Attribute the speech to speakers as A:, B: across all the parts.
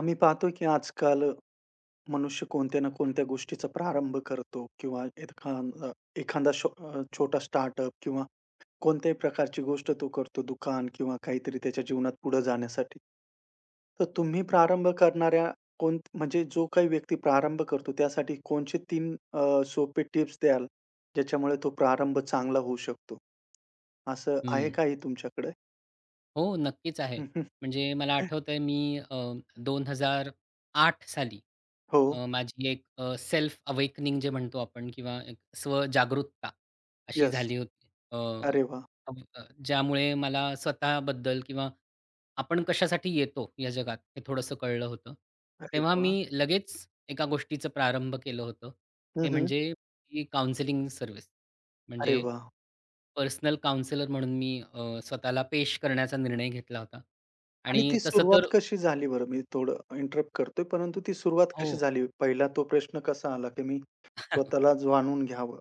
A: आम्ही पाहतो की आजकाल मनुष्य कोणत्या ना कोणत्या गोष्टीचा प्रारंभ करतो किंवा एखादा एखादा छोटा स्टार्टअप किंवा कोणत्याही प्रकारची गोष्ट तो करतो, दुकान किंवा काहीतरी, त्याच्या जीवनात पुढे जाण्यासाठी. तर तुम्ही प्रारंभ करणाऱ्या कोण, म्हणजे जो काही व्यक्ती प्रारंभ करतो, त्यासाठी कोणचे तीन सोपे टिप्स द्याल, ज्याच्यामुळे तो प्रारंभ चांगला होऊ शकतो? असं आहे
B: हं.
A: काही तुमच्याकडे?
B: हो, नक्कीच आहे. म्हणजे मला आठवतंय मी अ, 2008 साली
A: हो.
B: माझी एक सेल्फ अवेकनिंग जे म्हणतो आपण किंवा एक स्वजागरूकता अशी
A: यस.
B: झाली होती.
A: अरे वा.
B: ज्यामुळे मला स्वतःबद्दल किंवा आपण कशासाठी येतो या जगात हे थोडंसं कळलं होतं.
A: अरे
B: तेव्हा मी
A: वा.
B: लगेच एका गोष्टीचं प्रारंभ केलं होतं. ते
A: हम्म, हम्म.
B: म्हणजे ही सर्व्हिस.
A: अरे
B: म्हणजे
A: वा.
B: पर्सनल काउंसेलर म्हणून मी स्वतःला पेश करण्याचा निर्णय घेतला होता.
A: आणि
B: आणि
A: ती
B: तसं तर
A: सुरुवात कशी झाली बरं? मी थोडं इंटरप्ट करतोय, परंतु ती सुरुवात
B: हो.
A: कशी झाली? पहिला तो प्रश्न कसा आला, की मी स्वतःला जाणून घ्यावं?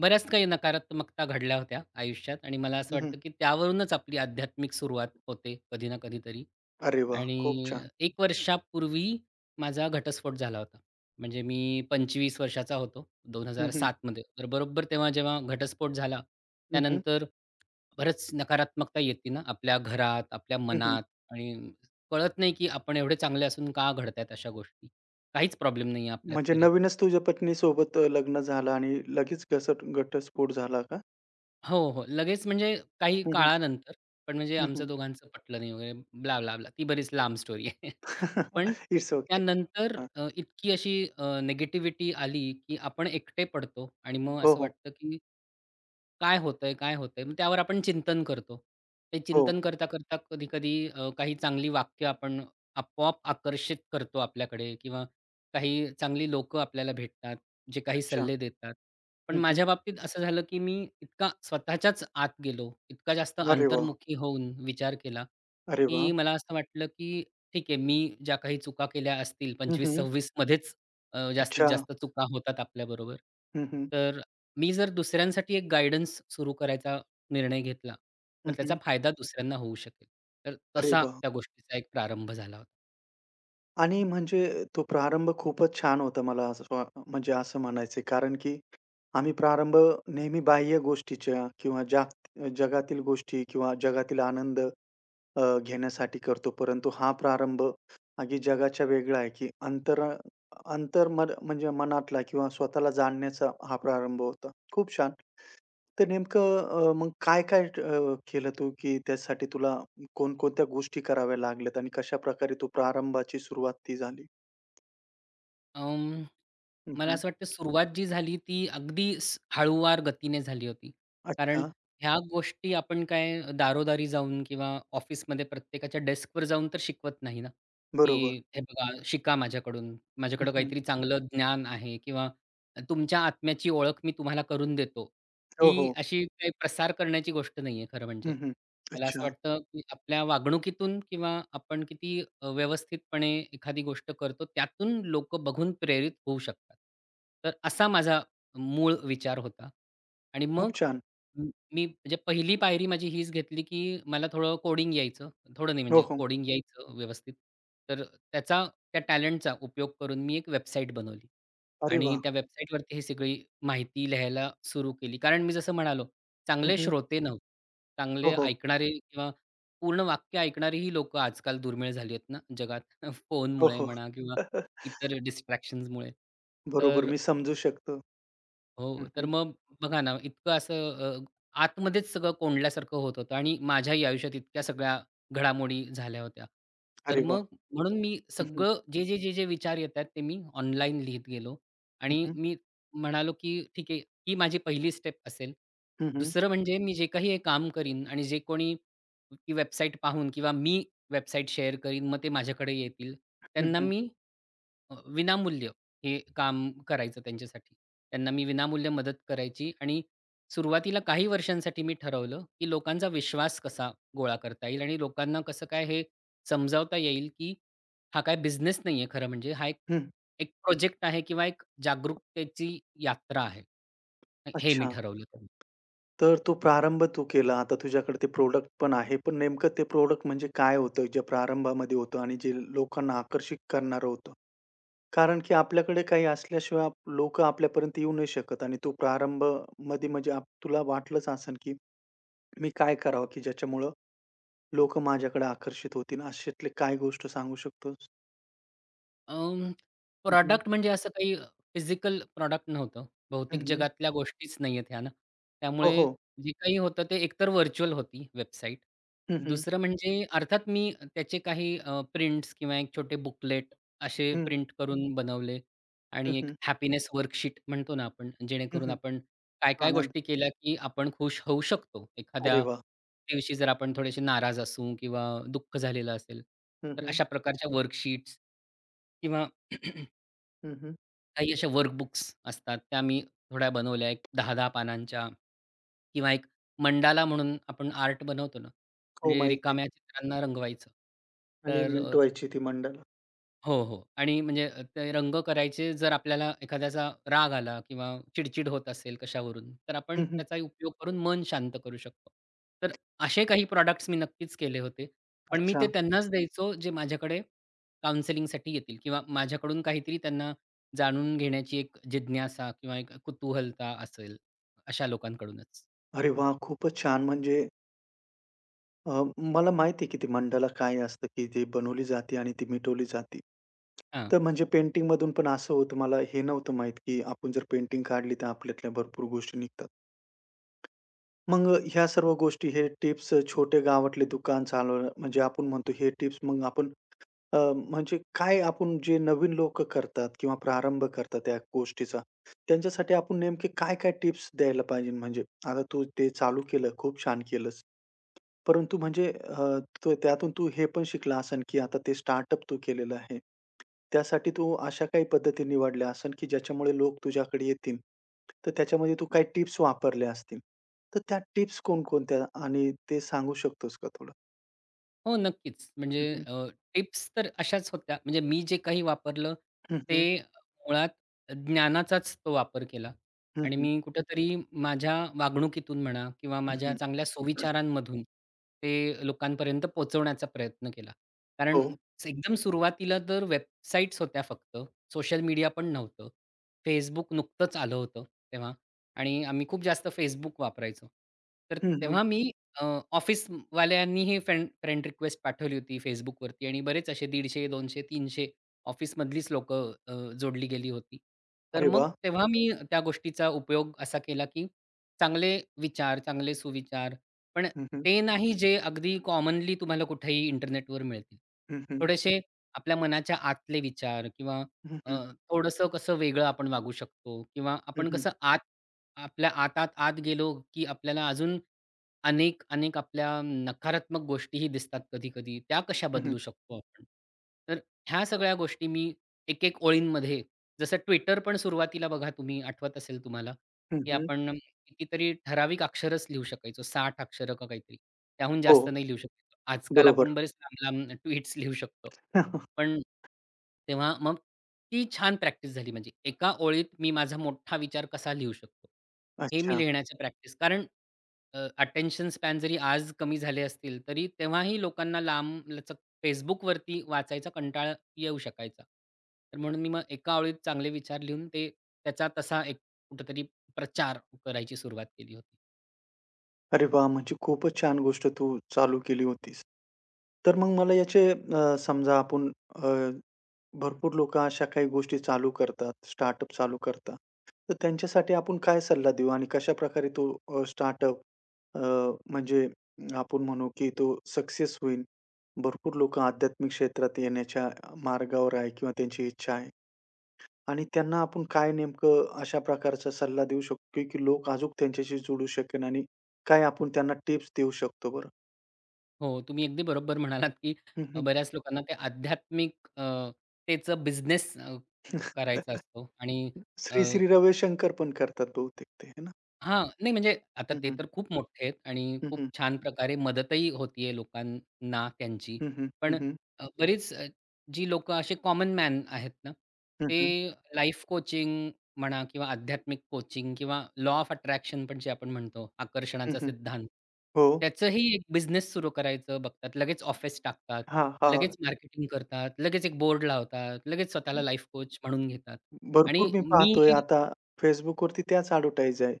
B: बऱ्याच काही नकारात्मकता घडल्या होत्या आयुष्यात आणि मला असं
A: हं, हं.
B: वाटतं, की त्यावरूनच आपली आध्यात्मिक सुरुवात होते कधी ना कधीतरी.
A: अरे वाह! खूप
B: आणि
A: छान.
B: 1 वर्षापूर्वी माझा घटस्फोट झाला होता. म्हणजे मी 25 वर्षाचा होतो
A: हं, हं.
B: 2007 मध्ये. तर बरोबर तेव्हा जेव्हा घटस्फोट झाला,
A: हं, हं.
B: त्यानंतर बरंच नकारात्मकता येते ना आपल्या घरात, आपल्या
A: हं, हं.
B: मनात आणि कळत नाही, की आपण एवढे चांगले असून का घडतायत अशा गोष्टी. काहीच प्रॉब्लेम नाहीये आपल्यात
A: म्हणजे
B: तरी.
A: नवीनच तुझ्या पत्नीसोबत लग्न झालं आणि लगेच घसट घटस्फोट झाला का?
B: हो, हो. लगेच म्हणजे काही
A: हं, हं.
B: काळानंतर पण म्हणजे
A: हं, हं.
B: आमचं दोघांचं पटलं नाही वगैरे ब्ला, ब्ला, ब्ला. ती बरीच लांब स्टोरी आहे. पण
A: इट्स ओके.
B: त्यानंतर
A: हां.
B: इतकी अशी अ, आली, की आपण एकटे पडतो आणि मग
A: हो,
B: असं
A: हो.
B: वाटतं, की काय होतंय, काय होतंय? मग त्यावर आपण चिंतन करतो. ते
A: हो.
B: चिंतन करता-करता कधी-कधी काही चांगली वाक्य आपण आपोआप आकर्षित करतो आपल्याकडे किंवा काही चांगली लोकं आपल्याला भेटतात, जे काही
A: अच्छा.
B: सल्ले देतात. पण
A: हं, हं.
B: माझ्या बाबतीत असं झालं, की मी इतका स्वतःच्याच आत गेलो, इतका जास्त
A: अरे वाह!
B: अंतर्मुखी होऊन विचार केला,
A: अरे वाह!
B: की मला असं वाटलं, की ठीक आहे, मी ज्या काही चुका केल्या असतील
A: हं, हं.
B: 25-26 मध्येच जास्तीत
A: अच्छा.
B: जास्त चुका होतात आपल्याबरोबर.
A: हं, हं.
B: तर मी जर दुसऱ्यांसाठी एक गाईडन्स सुरू करायचा निर्णय घेतला, तर
A: हं,
B: त्याचा
A: हं.
B: फायदा दुसऱ्यांना होऊ शकेल. तर
A: अरे
B: तसा
A: वाह!
B: त्या गोष्टीचा एक प्रारंभ झाला होता.
A: आणि म्हणजे तो प्रारंभ खूपच छान होता, मला असं स्वा म्हणजे असं म्हणायचंय. कारण की आम्ही प्रारंभ नेहमी बाह्य गोष्टीच्या किंवा जाग जगातील गोष्टी किंवा जगातील आनंद घेण्यासाठी करतो. परंतु हा प्रारंभ अगदी जगाच्या वेगळा आहे, की अंतर अंतर्मन म्हणजे मनातला किंवा स्वतःला जाणण्याचा हा प्रारंभ होता. खूप छान. तर नेमकं मग काय-काय केलं तू, की त्यासाठी तुला कोणकोणत्या गोष्टी कराव्या लागल्यात आणि कशाप्रकारे तो प्रारंभाची सुरुवात ती झाली?
B: अं,
A: हं,
B: मला
A: हं.
B: असं वाटतं सुरुवात जी झाली ती अगदी स हळूवार गतीने झाली होती. कारण
A: अच्छा.
B: ह्या गोष्टी आपण काय दारोदारी जाऊन किंवा ऑफिसमध्ये प्रत्येकाच्या डेस्कवर जाऊन तर शिकवत नाही ना,
A: बरोबर.
B: की "हे बघा, शिका माझ्याकडून.
A: हं,
B: माझ्याकडं
A: हं.
B: काहीतरी चांगलं ज्ञान आहे किंवा तुमच्या आत्म्याची ओळख मी तुम्हाला करून देतो."
A: हो,
B: ही
A: हो.
B: अशी काही प्रसार करण्याची गोष्ट नाहीये खरं म्हणजे.
A: हं, हं.
B: मला असं
A: अच्छा.
B: वाटतं, की आपल्या वागणुकीतून किंवा आपण किती व्यवस्थितपणे एखादी गोष्ट करतो, त्यातून लोकं बघून प्रेरित होऊ शकतात. तर असा माझा मूळ विचार होता. आणि
A: खूप
B: मग
A: छान.
B: मी म्हणजे पहिली पायरी माझी हीच घेतली, की मला थोडं कोडिंग यायचं. थोडं नाही
A: हो,
B: म्हणजे
A: हो.
B: कोडिंग यायचं व्यवस्थित. तर त्याचा त्या टॅलेंटचा उपयोग करून मी एक वेबसाईट बनवली.
A: अरे
B: आणि
A: वाह!
B: त्या वेबसाईटवरती ही सगळी माहिती लिहायला सुरू केली. कारण मी जसं म्हणालो,
A: हं,
B: चांगले
A: हं.
B: श्रोते नव्हते.
A: हो,
B: चांगले
A: हो.
B: ऐकणारे किंवा पूर्ण वाक्य ऐकणारी ही लोक आजकाल दुर्मिळ झाली आहेत ना जगात.
A: हो,
B: फोनमुळे
A: हो.
B: म्हणा किंवा इतर डिस्ट्रॅक्शन्समुळे.
A: बरोबर.
B: तर
A: मी समजू शकतो. हं,
B: हो, तर
A: हं.
B: मग बघा ना, इतकं असं आतमध्येच सगळं कोंडल्यासारखं होत होतं आणि माझ्याही आयुष्यात इतक्या सगळ्या घडामोडी झाल्या होत्या. तर
A: अरे वाह!
B: मग म्हणून मी
A: हं, हं.
B: सगळं जे विचार येतात ते मी ऑनलाईन लिहीत गेलो
A: हं,
B: आणि
A: हं.
B: मी म्हणालो, की ठीक आहे, ही माझी पहिली स्टेप असेल.
A: हं, हं.
B: दुसरं म्हणजे मी जे काही हे काम करीन आणि जे कोणी ती वेबसाईट पाहून किंवा मी वेबसाईट शेअर करीन, मग ते माझ्याकडे येतील.
A: हं,
B: त्यांना
A: हं.
B: मी विनामूल्य हे काम करायचं त्यांच्यासाठी. त्यांना मी विनामूल्य मदत करायची आणि सुरुवातीला काही वर्षांसाठी मी ठरवलं, की लोकांचा विश्वास कसा गोळा करता येईल आणि लोकांना कसं काय हे समजावता येईल, की हा काय बिझनेस नाहीये खरं म्हणजे. हा एक
A: हं.
B: एक प्रोजेक्ट आहे किंवा एक जागरूकतेची यात्रा आहे. हे मी
A: अच्छा.
B: ठरवलं.
A: तर तो प्रारंभ तू केला. आता तुझ्याकडे ते प्रोड़क्ट पण आहे. पण नेमकं ते प्रॉडक्ट म्हणजे काय होतं, जे प्रारंभामध्ये होतं आणि जे लोकांना आकर्षित करणारं होतं? कारण की आपल्याकडे काही असल्याशिवाय लोकं आपल्यापर्यंत येऊ नाही शकत, आणि तो प्रारंभमध्ये म्हणजे आप तुला वाटलंच असेल, की मी काय करावं, की ज्याच्यामुळं लोकं माझ्याकडे आकर्षित होतील, अशातली काय गोष्ट सांगू शकतोस?
B: अं,
A: हं, हं.
B: प्रॉडक्ट म्हणजे असं काही फिजिकल प्रॉडक्ट नव्हतं. भौतिक
A: हं,
B: जगातल्या गोष्टीच नाहीयेत ह्या ना.
A: हो,
B: त्यामुळे
A: हो.
B: जे काही होतं ते एकतर व्हर्चुअल होती वेबसाईट.
A: हं, हं.
B: दुसरं म्हणजे अर्थात मी त्याचे काही प्रिंट्स किंवा एक छोटे बुकलेट असे
A: हं,
B: प्रिंट करून बनवले आणि एक
A: हं,
B: हॅपीनेस वर्कशीट म्हणतो ना आपण, जेणेकरून आपण काय-काय
A: आनंद.
B: गोष्टी केल्या, की आपण खुश होऊ शकतो.
A: अरे
B: एखाद्या
A: वाह!
B: दिवशी जर आपण थोडेसे नाराज असू किंवा दुःख झालेलं असेल,
A: हं,
B: तर
A: हं.
B: अशा प्रकारच्या वर्कशीट्स किंवा काही अशा वर्कबुक्स असतात, त्या मी थोड्या बनवल्या. एक 10-10 पानांच्या किंवा एक मंडाला म्हणून आपण आर्ट बनवतो ना,
A: हो,
B: म्हणजे
A: माहिती आहे.
B: रिकाम्या चित्रांना रंगवायचं.
A: आणि
B: तर
A: मिटवायची ती मंडळ.
B: हो, हो. आणि म्हणजे ते रंग करायचे जर आपल्याला एखाद्याचा राग आला किंवा चिड-चिड होत असेल कशावरून, तर आपण
A: हं,
B: त्याचाही उपयोग करून मन शांत करू शकतो. तर असे काही प्रॉडक्ट्स मी नक्कीच केले होते. पण मी
A: अच्छा.
B: ते त्यांनाच द्यायचो जे माझ्याकडे काउंसलिंगसाठी येतील किंवा माझ्याकडून काहीतरी त्यांना जाणून घेण्याची एक जिज्ञासा किंवा एक कुतूहलता असेल, अशा लोकांकडूनच.
A: अरे वाह! खूपच छान. म्हणजे अ, मला माहिती आहे की ते मंडला काय असतं, की ते बनवली जाते आणि ती मिटवली जाते. तर म्हणजे पेंटिंगमधून पण असं होतं, मला हे नव्हतं माहीत, की आपण जर पेंटिंग काढली तर आपल्यातल्या भरपूर गोष्टी निघतात. मग ह्या सर्व गोष्टी, हे टिप्स, छोटे गावातले दुकान चालवणं, म्हणजे आपण म्हणतो हे टिप्स, मग आपण म्हणजे काय आपण जे नवीन लोकं करतात किंवा प्रारंभ करतात त्या गोष्टीचा, त्यांच्यासाठी आपण नेमके काय-काय टिप्स द्यायला पाहिजे? म्हणजे आता तू ते चालू केलं, खूप छान केलंस. परंतु म्हणजे तो त्यातून तू हे पण शिकला असेल, की आता ते स्टार्टअप तू केलेलं आहे. त्यासाठी तू अशा काही पद्धती निवडल्या असेल, की ज्याच्यामुळे लोक तुझ्याकडे येतील. तर त्याच्यामध्ये तू काही टिप्स वापरल्या असतील. तर त्या टिप्स कोणकोणत्या, आणि ते सांगू शकतोस का थोडं?
B: हो, नक्कीच. म्हणजे
A: हं, हं.
B: टिप्स तर अशाच होत्या. म्हणजे मी जे काही वापरलं
A: हं, हं.
B: ते मुळात ज्ञानाचाच तो वापर केला
A: हं,
B: आणि
A: हं.
B: मी कुठेतरी माझ्या वागणुकीतून म्हणा किंवा माझ्या चांगल्या सुविचारांमधून ते लोकांपर्यंत पोहोचवण्याचा प्रयत्न केला. कारण
A: हो.
B: एकदम सुरुवातीला तर वेबसाईट्स होत्या फक्त. सोशल मीडिया पण नव्हतं. Facebook नुकतंच आलं होतं तेव्हा आणि आम्ही खूप जास्त Facebook वापरायचो. तर
A: हं, हं.
B: तेव्हा मी अ, ऑफिसवाल्यांनीही फ्रेंड फ्रेंड रिक्वेस्ट पाठवली होती Facebookवरती आणि बरेच असे 150, 200, 300 ऑफिसमधलीच लोकं जोडली गेली होती. तर
A: अरे
B: मग
A: वाह!
B: तेव्हा मी त्या गोष्टीचा उपयोग असा केला, की चांगले विचार, चांगले सुविचार, पण
A: हं, हं.
B: ते नाही जे अगदी कॉमनली तुम्हाला कुठेही इंटरनेटवर मिळतील.
A: हं, हं.
B: थोडेसे आपल्या मनाच्या आतले विचार किंवा
A: हं,
B: अ,
A: हं.
B: थोडंसं कसं वेगळं आपण वागू शकतो किंवा
A: हं,
B: आपण
A: हं.
B: कसं आत आपल्या आतात आत गेलो, की आपल्याला अजून अनेक, अनेक आपल्या नकारात्मक गोष्टीही दिसतात कधी-कधी. त्या कशा बदलू शकतो आपण? तर ह्या सगळ्या गोष्टी मी एक-एक ओळींमध्ये जसं Twitter पण सुरुवातीला बघा तुम्ही आठवत असेल तुम्हाला, की आपण कितीतरी ठराविक अक्षरच लिहू शकायचो. 60 अक्षरं का काहीतरी. त्याहून
A: हो.
B: जास्त नाही लिहू शकायचो. आजकाल
A: बरोबर.
B: आपण बरेच लांब-लांब ट्वीट्स लिहू शकतो. पण तेव्हा मग ती छान प्रॅक्टिस झाली माझी. एका ओळीत मी माझा मोठा विचार कसा लिहू शकतो, हे मी
A: अच्छा.
B: लिहिण्याची प्रॅक्टिस कारण अटेन्शन स्पॅन जरी आज कमी झाले असतील, तरी तेव्हाही लोकांना लांबलचक Facebookवरती वाचायचा कंटाळा येऊ शकायचा. तर म्हणून मी मग एका ओळीत चांगले विचार लिहून ते त्याचा तसा एक कुठेतरी प्रचार करायची सुरुवात केली होती.
A: अरे वाह! म्हणजे खूपच छान गोष्ट तू चालू केली होतीस. तर मग मला याचे समजा आपण अ, भरपूर लोकं अशा काही गोष्टी चालू करतात, स्टार्टअप चालू करतात. तर त्यांच्यासाठी आपण काय सल्ला देऊ आणि कशाप्रकारे तो स्टार्टअप अ, म्हणजे आपण म्हणू की तो सक्सेस होईल? भरपूर लोकं आध्यात्मिक क्षेत्रात येण्याच्या मार्गावर आहे किंवा त्यांची इच्छा आहे. आणि त्यांना आपण काय नेमकं अशा प्रकारचा सल्ला देऊ शकतो, की लोक अजूक त्यांच्याशी जोडू शकेन, आणि काय आपण त्यांना टिप्स देऊ शकतो बरं?
B: हो, तुम्ही अगदी बरोबर म्हणालात, की
A: हं, हं.
B: बऱ्याच लोकांना ते आध्यात्मिक त्याचं बिझनेस करायचा असतो आणि
A: श्री रविशंकर पण करतात बहुतेक ते, है ना?
B: हां, नाही म्हणजे आता
A: हं,
B: ते
A: हं.
B: तर खूप मोठे आहेत आणि
A: हं,
B: खूप
A: हं.
B: छान प्रकारे मदतही होतीये लोकांना त्यांची.
A: हं, हं. हं,
B: पण
A: हं.
B: बरीच जी लोकं असे कॉमन मॅन आहेत ना,
A: हं,
B: ते
A: हं.
B: लाईफ कोचिंग म्हणा किंवा आध्यात्मिक कोचिंग किंवा लॉ ऑफ अट्रॅक्शन पण जे आपण म्हणतो, आकर्षणाचा
A: हं,
B: सिद्धांत.
A: हो.
B: त्याचंही एक बिझनेस सुरू करायचं बघतात. लगेच ऑफिस टाकतात,
A: हां, हां.
B: लगेच मार्केटिंग करतात, लगेच एक बोर्ड लावतात, लगेच स्वतःला लाईफ कोच म्हणून घेतात.
A: भरपूर
B: आणि
A: मी
B: मी
A: पाहतोय
B: हे
A: आता Facebookवरती त्याच ॲडव्हर्टाइज आहे.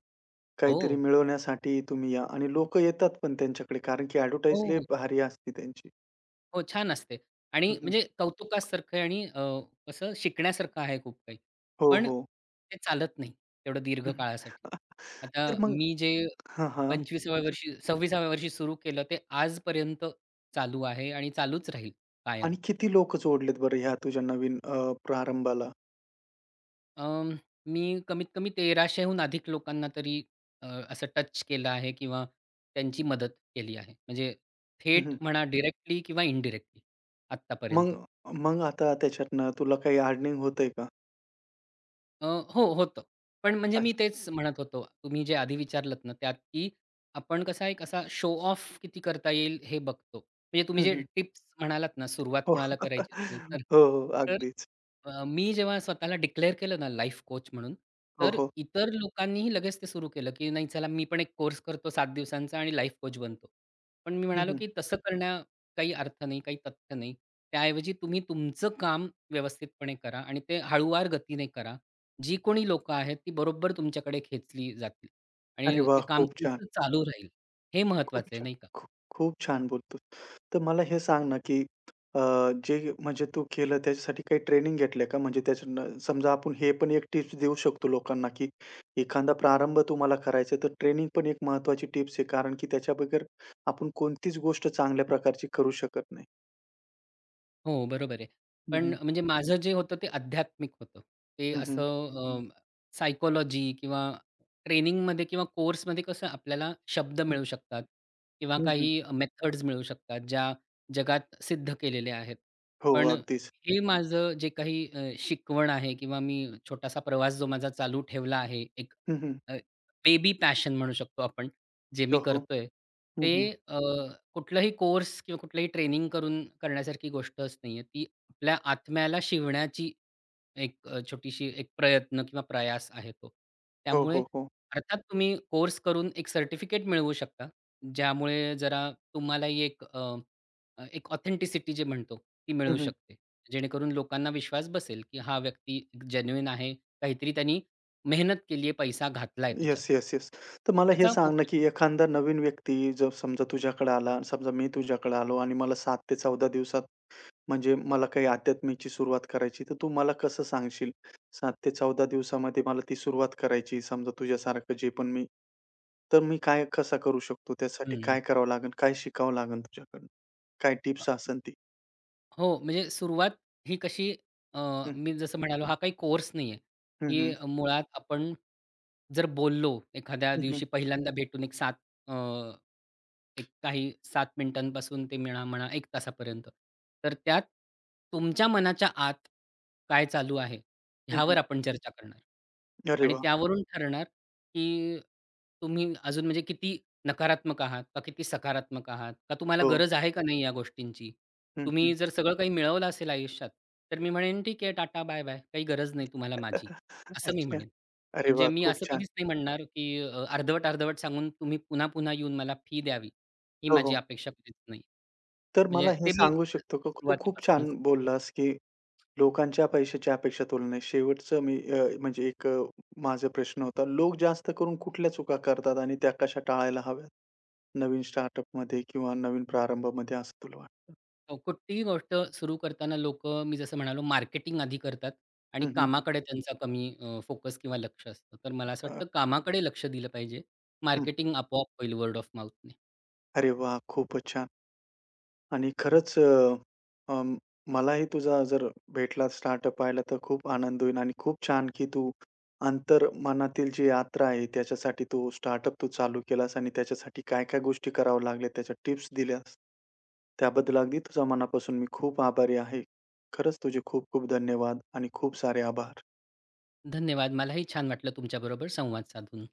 B: हो.
A: काहीतरी मिळवण्यासाठी तुम्ही या, आणि लोकं येतात पण त्यांच्याकडे, कारण की
B: हो,
A: ॲडव्हर्टाइज लय
B: हो.
A: भारी असते त्यांची.
B: हो, छान असते
A: हं,
B: आणि
A: हं.
B: म्हणजे कौतुकासारखं आहे आणि कसं शिकण्यासारखं आहे खूप काही.
A: हो,
B: पण
A: हो.
B: ते चालत नाही तेवढं दीर्घ
A: हं.
B: काळासाठी. आता
A: तर मग
B: मी जे
A: हां, हां.
B: 25व्या
A: तुमचं
B: वर्षी 26व्या वर्षी सुरू केलं ते आजपर्यंत चालू आहे आणि चालूच राहील कायम.
A: आणि किती लोकं जोडलेत बरं ह्या तुझ्या नवीन प्रारंभाला?
B: अं, मी कमीत कमी 1300हून अधिक लोकांना तरी असं टच केलं आहे किंवा त्यांची मदत केली आहे. म्हणजे
A: हं,
B: थेट
A: हं.
B: म्हणा डायरेक्टली किंवा इनडायरेक्टली
A: मग
B: आत्तापर्यंत.
A: मग आता त्याच्यातनं तुला काही अर्निंग होतंय का?
B: हो, होतं. पण म्हणजे मी
A: अच्छा.
B: तेच म्हणत होतो, तुम्ही जे आधी विचारलत ना त्यात, की आपण कसा एक असा शो ऑफ किती करता येईल हे बघतो. म्हणजे तुम्ही
A: हं,
B: जे
A: हं.
B: टिप्स म्हणालात ना, सुरुवात
A: हो.
B: कोणाला करायची असेल तर.
A: हो, हो.
B: तर
A: अगदीच.
B: मी जेव्हा स्वतःला डिक्लेअर केलं ना लाईफ कोच म्हणून,
A: हो,
B: तर
A: हो.
B: इतर लोकांनीही लगेच ते सुरू केलं, की नाही चला मी पण एक कोर्स करतो 7 दिवसांचा आणि लाईफ कोच बनतो. पण मी
A: हं,
B: म्हणालो,
A: हं.
B: की तसं करण्यात काही अर्थ नाही, काही तथ्य नाही. त्याऐवजी तुम्ही तुमचं काम व्यवस्थितपणे करा आणि ते हळूवार गतीने करा. जी कोणी लोकं आहेत, ती बरोबर तुमच्याकडे खेचली जातील
A: अरे
B: आणि
A: वाह!
B: ते काम
A: खूप छान.
B: तुमचं चालू राहील. हे
A: खूप
B: महत्वाचं आहे,
A: छान.
B: नाही का?
A: खूप खूप छान बोलतोस. तर मला हे सांग ना, की अ, जे म्हणजे तू केलं त्याच्यासाठी काही ट्रेनिंग घेतल्या का? म्हणजे त्याच्यातनं समजा आपण हे पण एक टिप्स देऊ शकतो लोकांना, की एखादा प्रारंभ तुम्हाला करायचा आहे, तर ट्रेनिंग पण एक महत्वाची टिप्स आहे. कारण की त्याच्या बगैर आपण कोणतीच गोष्ट चांगल्या प्रकारची करू शकत नाही.
B: हो, बरोबर आहे.
A: हं,
B: पण
A: हं.
B: म्हणजे माझं जे होतं ते आध्यात्मिक होतं. ते
A: हं, हं.
B: असं हं. किंवा ट्रेनिंगमध्ये किंवा कोर्समध्ये कसं आपल्याला शब्द
A: हं,
B: मिळू शकतात किंवा काही मेथड्स मिळू शकतात, ज्या जगात सिद्ध केलेल्या आहेत.
A: हो,
B: पण
A: अगदीच.
B: हे माझं जे काही शिकवण आहे किंवा मी छोटासा प्रवास जो माझा चालू ठेवला आहे, एक
A: हं, हं.
B: अ, बेबी पॅशन म्हणू शकतो आपण. जे
A: हो,
B: मी
A: हो.
B: करतोय,
A: हं, हं.
B: ते कुठलाही कोर्स किंवा कुठलंही ट्रेनिंग करून करण्यासारखी गोष्टच नाहीये. ती आपल्या आत्म्याला शिवण्याची एक छोटीशी एक प्रयत्न किंवा प्रयास आहे तो.
A: हो,
B: त्यामुळे
A: हो, हो.
B: अर्थात तुम्ही कोर्स करून एक सर्टिफिकेट मिळवू शकता, ज्यामुळे जरा तुम्हालाही एक अ, अ, एक ऑथेंटिसिटी जी म्हणतो, ती मिळू
A: हं, हं.
B: शकते. जेणेकरून लोकांना विश्वास बसेल, की हा व्यक्ती जेन्युइन आहे. काहीतरी त्यांनी मेहनत केली आहे, पैसा घातलाय त्याच्यात.
A: Yes, yes, yes. तर मला हे
B: त्याचा
A: सांग ना, की
B: उपयोग
A: एखादा नवीन व्यक्ती जर समजा तुझ्याकडे आला, आणि समजा मी तुझ्याकडे आलो आणि मला 7 ते 14 दिवसात म्हणजे मला काही अध्यात्माची सुरुवात करायची, तर तू मला कसं सांगशील? 7 ते 14 दिवसामध्ये मला ती सुरुवात करायची समजा तुझ्यासारखं जे पण मी, तर मी काय कसा करू शकतो? त्यासाठी
B: हं.
A: काय करावं लागेल? काय शिकावं लागेल तुझ्याकडून? काय
B: अ,
A: टिप्स असेल ती?
B: हो, म्हणजे सुरुवात ही कशी अ,
A: हं, हं.
B: मी जसं म्हणालो हा काही कोर्स नाहीये.
A: हं, हं.
B: हे मुळात आपण जर बोललो एखाद्या
A: हं,
B: दिवशी पहिल्यांदा भेटून एक 7 अ, एक काही 7 मिनिटांपासून ते म्हणा, म्हणा 1 तासापर्यंत. तर त्यात तुमच्या मनाच्या आत काय चालू आहे ह्यावर आपण चर्चा करणार.
A: अरे
B: आणि
A: वाह!
B: त्यावरून ठरणार, की तुम्ही अजून म्हणजे किती नकारात्मक आहात का किती सकारात्मक आहात? का तुम्हाला
A: हो.
B: गरज आहे का नाही या गोष्टींची?
A: हं, हं.
B: तुम्ही जर सगळं काही मिळवलं असेल आयुष्यात, तर मी म्हणेन, "ठीक आहे, टाटा बाय-बाय. काही गरज नाही तुम्हाला माझी." असं मी
A: अच्छा.
B: म्हणेन.
A: अरे
B: म्हणजे
A: वाह!
B: मी
A: खूप
B: असं
A: छान.
B: कधीच नाही म्हणणार, की अर्धवट-अर्धवट सांगून तुम्ही पुन्हा-पुन्हा येऊन मला फी द्यावी, ही
A: हो,
B: माझी
A: हो.
B: अपेक्षा कधीच नाही.
A: तर मला
B: म्हणजे
A: हे
B: ते मी
A: सांगू शकतो का? तू खूप छान
B: सुरुवातीपासूनच
A: बोललास, की लोकांच्या पैशाच्या अपेक्षा तुलनेत शेवटचं मी म्हणजे एक माझा प्रश्न होता. लोक जास्त करून कुठल्या चुका करतात आणि त्या कशा टाळायला हव्यात? नवीन स्टार्टअपमध्ये किंवा नवीन प्रारंभामध्ये असं तुला वाटतं?
B: हो, कुठलीही गोष्ट सुरू करताना लोकं मी जसं म्हणालो मार्केटिंग आधी करतात आणि
A: हं, हं.
B: कामाकडे त्यांचा कमी फोकस किंवा लक्ष असतं. तर मला असं
A: अ,
B: वाटतं कामाकडे लक्ष दिलं पाहिजे.
A: हं.
B: मार्केटिंग आपोआप होईल वर्ड ऑफ माउथने.
A: अरे वाह! खूपच छान. आणि खरंच अं, मलाही तुझा जर भेटला स्टार्टअप पाहिला तर खूप आनंद होईल, आणि खूप छान की तू अंतर्मनातील जी यात्रा आहे त्याच्यासाठी तू स्टार्टअप तू चालू केलास, आणि त्याच्यासाठी काय काय गोष्टी कराव्या लागल्या त्याच्या टिप्स दिल्यास. त्याबद्दल अगदी तुझ्या मनापासून मी खूप आभारी आहे. खरंच तुझे खूप खूप धन्यवाद आणि खूप सारे आभार.
B: धन्यवाद. मलाही छान वाटलं तुमच्याबरोबर संवाद साधून.